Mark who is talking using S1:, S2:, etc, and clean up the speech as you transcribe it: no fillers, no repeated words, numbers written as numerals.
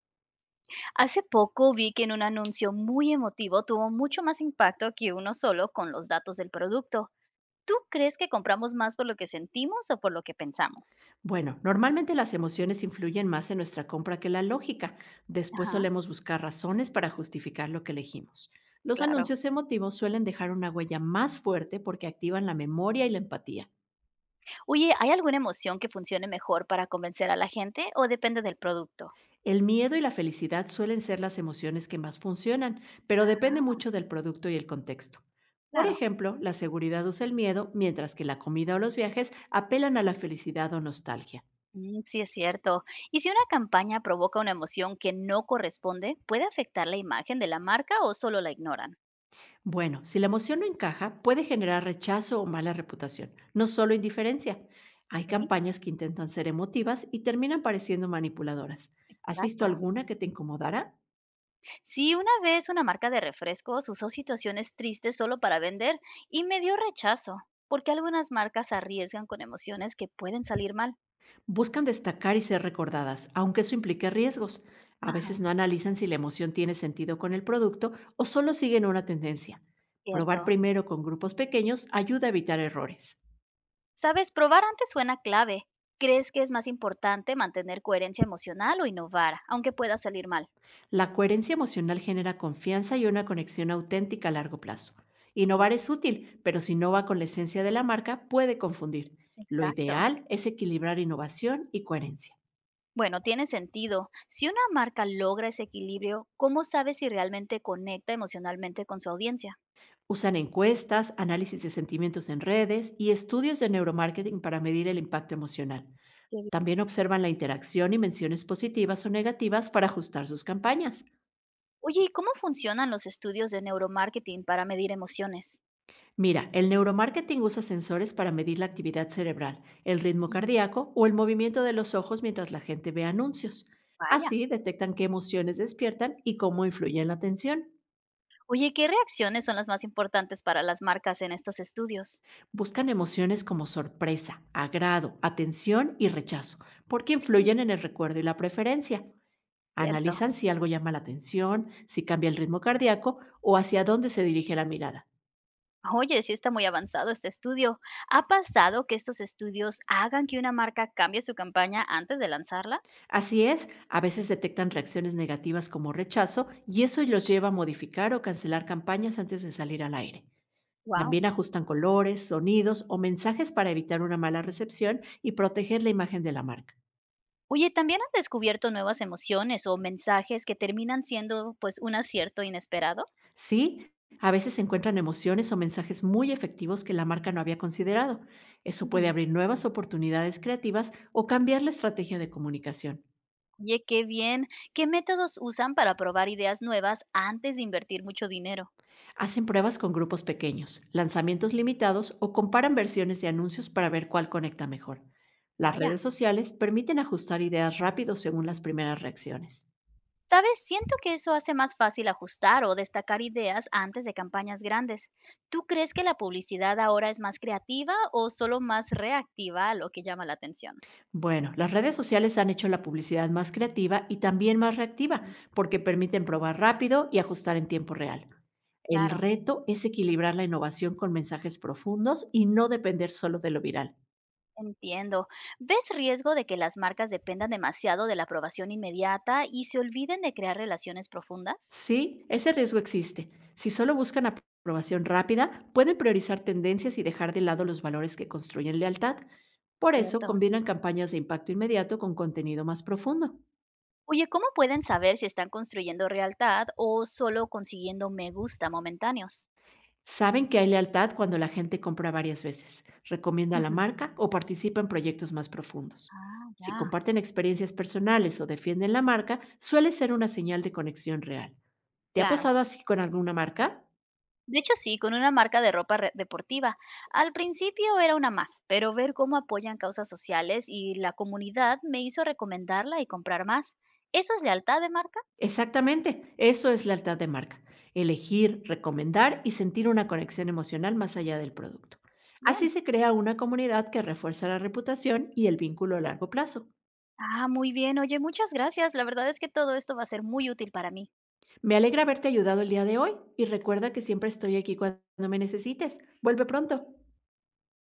S1: Hace poco vi que en un anuncio muy emotivo tuvo mucho más impacto que uno solo con los datos del producto. ¿Tú crees que compramos más por lo que sentimos o por lo que pensamos?
S2: Bueno, normalmente las emociones influyen más en nuestra compra que la lógica. Después
S1: Ajá,
S2: solemos buscar razones para justificar lo que elegimos. Los
S1: claro.
S2: anuncios emotivos suelen dejar una huella más fuerte porque activan la memoria y la empatía.
S1: Oye, ¿hay alguna emoción que funcione mejor para convencer a la gente o depende del producto?
S2: El miedo y la felicidad suelen ser las emociones que más funcionan, pero depende
S1: Ah,
S2: mucho del producto y el contexto. Por
S1: claro.
S2: ejemplo, la seguridad usa el miedo, mientras que la comida o los viajes apelan a la felicidad o nostalgia.
S1: Mm, sí, es cierto. ¿Y si una campaña provoca una emoción que no corresponde, puede afectar la imagen de la marca o solo la ignoran?
S2: Bueno, si la emoción no encaja, puede generar rechazo o mala reputación, no solo indiferencia. Hay
S1: Ok.
S2: campañas que intentan ser emotivas y terminan pareciendo manipuladoras. ¿Has visto
S1: Exacto.
S2: alguna que te incomodara?
S1: Sí, una vez una marca de refrescos usó situaciones tristes solo para vender y me dio rechazo, porque algunas marcas arriesgan con emociones que pueden salir mal.
S2: Buscan destacar y ser recordadas, aunque eso implique riesgos. A
S1: Ajá,
S2: veces no analizan si la emoción tiene sentido con el producto o solo siguen una tendencia. Probar
S1: cierto.
S2: primero con grupos pequeños ayuda a evitar errores.
S1: Sabes, probar antes suena clave. ¿Crees que es más importante mantener coherencia emocional o innovar, aunque pueda salir mal?
S2: La coherencia emocional genera confianza y una conexión auténtica a largo plazo.
S1: Sí,
S2: Innovar es útil, pero si no va con la esencia de la marca, puede confundir. Lo
S1: exacto.
S2: ideal es equilibrar innovación y coherencia.
S1: Bueno, tiene sentido. Si una marca logra ese equilibrio, ¿cómo sabe si realmente conecta emocionalmente con su audiencia?
S2: Usan encuestas, análisis de sentimientos en redes y estudios de neuromarketing para medir el impacto emocional. También observan la interacción y menciones positivas o negativas para ajustar sus campañas.
S1: Oye, ¿y cómo funcionan los estudios de neuromarketing para medir emociones?
S2: Mira, el neuromarketing usa sensores para medir la actividad cerebral, el ritmo
S1: Ujú.
S2: cardíaco o el movimiento de los ojos mientras la gente ve anuncios.
S1: Vaya.
S2: Así detectan qué emociones despiertan y cómo influyen la atención.
S1: Oye, ¿qué reacciones son las más importantes para las marcas en estos estudios?
S2: Buscan emociones como sorpresa, agrado, atención y rechazo, porque
S1: Ok.
S2: influyen en el recuerdo y la preferencia.
S1: Cierto.
S2: Analizan si algo llama la atención, si cambia el ritmo cardíaco o hacia dónde se dirige la mirada.
S1: Oye, sí está muy avanzado este estudio. ¿Ha pasado que estos estudios hagan que una marca cambie su campaña antes de lanzarla?
S2: Así es, a veces detectan reacciones negativas como rechazo y eso los lleva a modificar o cancelar campañas antes de salir al aire.
S1: Wow.
S2: También ajustan colores, sonidos o mensajes para evitar una mala recepción y proteger la imagen de la marca.
S1: Oye, ¿también han descubierto nuevas emociones o mensajes que terminan siendo pues un acierto inesperado?
S2: Sí, a veces encuentran emociones o mensajes muy efectivos que la marca no había considerado. Eso puede
S1: Ujú.
S2: abrir nuevas oportunidades creativas o cambiar la estrategia de comunicación.
S1: Oye, qué bien. ¿Qué métodos usan para probar ideas nuevas antes de invertir mucho dinero?
S2: Hacen pruebas con grupos pequeños, lanzamientos limitados o comparan versiones de anuncios para ver cuál conecta mejor. Las
S1: Vaya.
S2: redes sociales permiten ajustar ideas rápido según las primeras reacciones.
S1: ¿Sabes? Siento que eso hace más fácil ajustar o destacar ideas antes de campañas grandes. ¿Tú crees que la publicidad ahora es más creativa o solo más reactiva a lo que llama la atención?
S2: Bueno, las redes sociales han hecho la publicidad más creativa y también más reactiva
S1: Ujú.
S2: porque permiten probar rápido y ajustar en tiempo real. El
S1: Claro,
S2: reto es equilibrar la innovación con mensajes profundos y no depender solo de lo viral.
S1: entiendo. ¿Ves riesgo de que las marcas dependan demasiado de la aprobación inmediata y se olviden de crear relaciones profundas?
S2: Sí, ese riesgo existe. Si solo buscan aprobación rápida, pueden priorizar tendencias y dejar de lado los valores que construyen lealtad. Por eso,
S1: Cierto.
S2: combinan campañas de impacto inmediato con contenido más profundo.
S1: Oye, ¿cómo pueden saber si están construyendo lealtad o solo consiguiendo me gusta momentáneos?
S2: Saben que hay lealtad cuando la gente compra varias veces, recomienda la
S1: Ujú.
S2: marca o participa en proyectos más profundos.
S1: Ah,
S2: Si
S1: ya,
S2: comparten experiencias personales o defienden la marca, suele ser una señal de conexión real. ¿Te ha
S1: claro.
S2: pasado así con alguna marca?
S1: De hecho, sí, con una marca de ropa deportiva. Al principio era una más, pero ver cómo apoyan causas sociales y la comunidad me hizo recomendarla y comprar más. ¿Eso es lealtad de marca?
S2: Exactamente, eso es lealtad de marca, elegir, recomendar y sentir una conexión emocional más allá del producto. Así
S1: Bien.
S2: se crea una comunidad que refuerza la reputación y el vínculo a largo plazo.
S1: Ah, muy bien. Oye, muchas gracias. La verdad es que todo esto va a ser muy útil para mí.
S2: Me alegra haberte ayudado el día de hoy y recuerda que siempre estoy aquí cuando me necesites. Vuelve pronto.